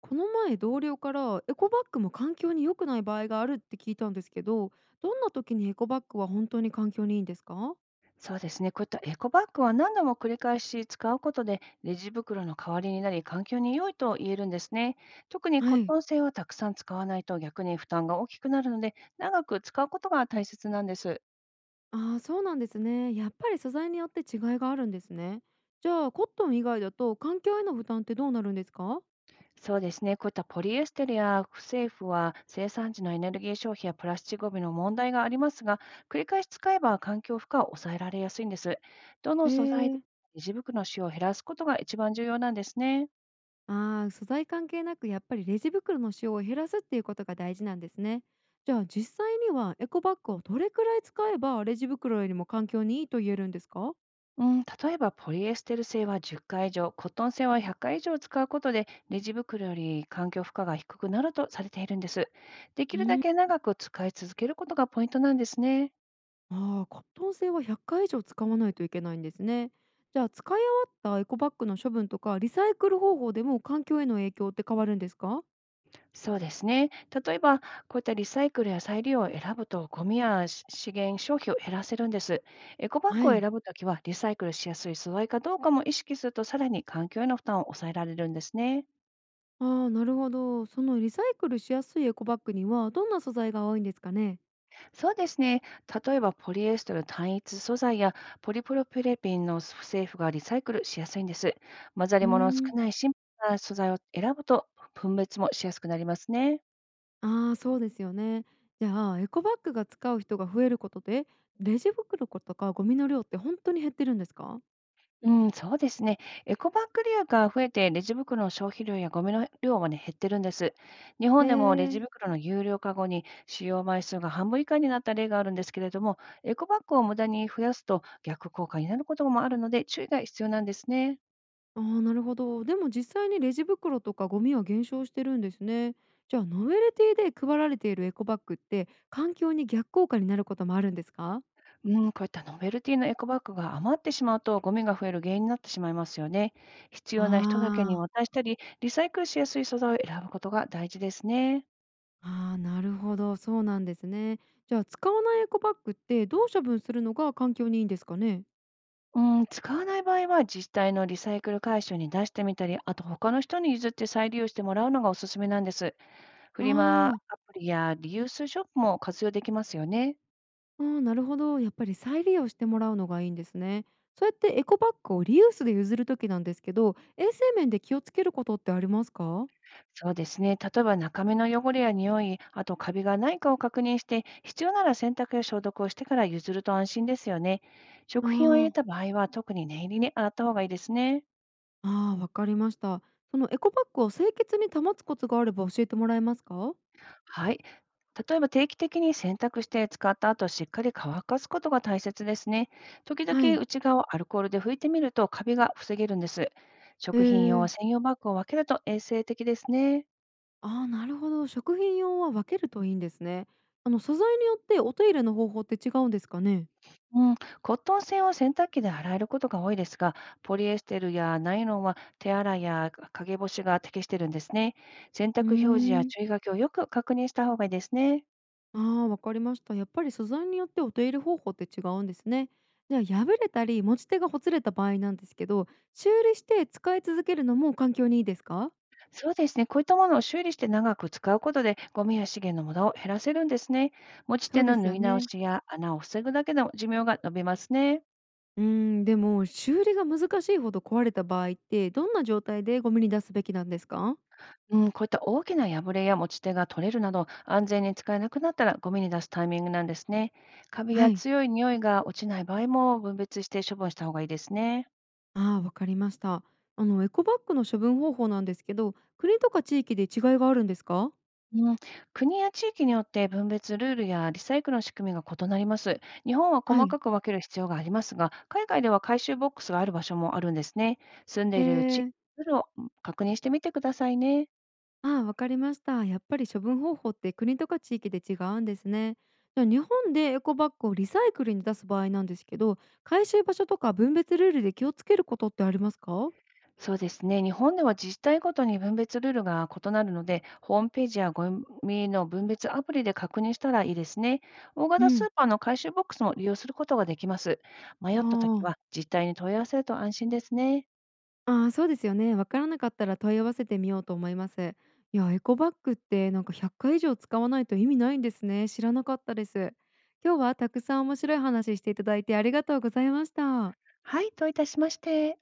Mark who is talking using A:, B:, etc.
A: この前同僚からエコバッグも環境に良くない場合があるって聞いたんですけど、どんな時にエコバッグは本当に環境にいいんですか？
B: そうですね。こういったエコバッグは何度も繰り返し使うことで、レジ袋の代わりになり、環境に良いと言えるんですね。特に
A: は
B: コット
A: い。
B: ン製はたくさん使わないと逆に負担が大きくなるので、長く使うことが大切なんです。
A: そうなんですね。やっぱり素材によって違いがあるんですね。じゃあコットン以外だと環境への負担ってどうなるんですか？
B: そうですね。こういったポリエステルや不製布は生産時のエネルギー消費やプラスチックごみの問題がありますが、繰り返し使えば環境負荷を抑えられやすいんです。どの
A: へ
B: 素材で
A: え。
B: レジ袋の使用を減らすことが一番重要なんですね。
A: 素材関係なくやっぱりレジ袋の使用を減らすっていうことが大事なんですね。じゃあ実際にはエコバッグをどれくらい使えばレジ袋よりも環境にいいと言えるんですか？
B: うん、例えばポリエステル製は10回以上、コットン製は100回以上使うことで、レジ袋より環境負荷が低くなるとされているんです。でき
A: う
B: るだ
A: ー
B: け長く使い続けることがポイントなんですね。
A: ああ、コットン製は100回以上使わないといけないんですね。じゃあ使い終わったエコバッグの処分とかリサイクル方法でも環境への影響って変わるんですか？
B: そうですね。例えば、こういったリサイクルや再利用を選ぶと、ゴミやし資源消費を減らせるんです。エコバッグ
A: は
B: を
A: い。
B: 選ぶときは、リサイクルしやすい素材かどうかも意識すると、さらに環境への負担を抑えられるんですね。
A: なるほど。そのリサイクルしやすいエコバッグにはどんな素材が多いんですかね？
B: そうですね。例えばポリエステル単一素材やポリプロピレピンの不正腐がリサイクルしやすいんです。混ざ
A: う
B: り
A: ー
B: 物の少
A: ん。
B: ないシンプルな素材を選ぶと分別もしやすくなりますね。
A: ああ、そうですよね。じゃあエコバッグが使う人が増えることでレジ袋とかゴミの量って本当に減ってるんですか？
B: うん、そうですね。エコバッグ利用が増えて、レジ袋の消費量やゴミの量は、ね、減ってるんです。日
A: へ
B: 本でもレジ
A: え。
B: 袋の有料化後に使用枚数が半分以下になった例があるんですけれども、エコバッグを無駄に増やすと逆効果になることもあるので注意が必要なんですね。
A: ああ、なるほど。でも実際にレジ袋とかゴミは減少してるんですね。じゃあノベルティで配られているエコバッグって環境に逆効果になることもあるんですか？
B: うん、こういったノベルティのエコバッグが余ってしまうと、ゴミが増える原因になってしまいますよね。必要な人だけに
A: ああ、
B: 渡したり、リサイクルしやすい素材を選ぶことが大事ですね。
A: あー、なるほど。そうなんですね。じゃあ使わないエコバッグってどう処分するのが環境にいいんですかね？
B: うん、使わない場合は自治体のリサイクル回収に出してみたり、あと他の人に譲って再利用してもらうのがおすすめなんです。フ
A: あ
B: リマ
A: ーあー、
B: アプリやリユースショップも活用できますよね。
A: うなるほど。やっぱり再利用してもらうのがいいんですね。そうやってエコバッグをリユースで譲るときなんですけど、衛生面で気をつけることってありますか？
B: そうですね。例えば中身の汚れや匂い、あとカビがないかを確認して、必要なら洗濯や消毒をしてから譲ると安心ですよね。
A: あ
B: 食品を入
A: あ
B: れた
A: ー、
B: 場合は特に念入りに洗った方がいいですね。
A: ああ、わかりました。そのエコバッグを清潔に保つコツがあれば教えてもらえますか？
B: はい。例えば定期的に洗濯して使った後、しっかり乾かすことが大切ですね。時
A: は
B: 々
A: い。
B: 内側をアルコールで拭いてみるとカビが防げるんです。
A: え
B: 食品用は
A: え、
B: 専用バッグを分けると衛生的ですね。
A: ああ、なるほど。食品用は分けるといいんですね。あの素材によってお手入れの方法って違うんですかね？
B: うん、コットン繊を洗濯機で洗えることが多いですが、ポリエステルやナイロンは手洗いや陰干しが適してるんですね。洗
A: うー
B: 濯表示や
A: ん。
B: 注意書きをよく確認した方がいいですね。
A: ああ、わかりました。やっぱり素材によってお手入れ方法って違うんですね。じゃあ破れたり持ち手がほつれた場合なんですけど、修理して使い続けるのも環境にいいですか？
B: そうですね。こういったものを修理して長く使うことで、ゴミや資源の無駄を減らせるんですね。持ち
A: そ
B: 手
A: うで
B: の
A: す
B: 縫
A: よ
B: い直
A: ね。
B: しや穴を防ぐだけでも寿命が伸びますね。
A: うーん、でも修理が難しいほど壊れた場合ってどんな状態でゴミに出すべきなんですか？
B: うん、こういった大きな破れや持ち手が取れるなど、安全に使えなくなったらゴミに出すタイミングなんですね。カビ
A: は
B: や
A: い。
B: 強い匂いが落ちない場合も分別して処分した方がいいですね。
A: ああ、わかりました。あのエコバッグの処分方法なんですけど、国とか地域で違いがあるんですか？
B: うん、国や地域によって分別ルールやリサイクルの仕組みが異なります。日本は
A: は
B: 細
A: い。
B: かく分ける必要がありますが、海外では回収ボックスがある場所もあるんですね。住んで
A: え
B: いる地域
A: ー、
B: のルールを確認してみてくださいね。
A: ああ、わかりました。やっぱり処分方法って国とか地域で違うんですね。じゃあ日本でエコバッグをリサイクルに出す場合なんですけど、回収場所とか分別ルールで気をつけることってありますか？
B: そうですね。日本では自治体ごとに分別ルールが異なるので、ホームページやゴミの分別アプリで確認したらいいですね。大
A: う
B: 型ス
A: ん。
B: ーパーの回収ボックスも利用することができます。迷っ
A: あ
B: たときは
A: あ。
B: 自治体に問い合わせると安心ですね。
A: ああ、そうですよね。わからなかったら問い合わせてみようと思います。いや、エコバッグってなんか100回以上使わないと意味ないんですね。知らなかったです。今日はたくさん面白い話していただいてありがとうございました。
B: はい、どういたしまして。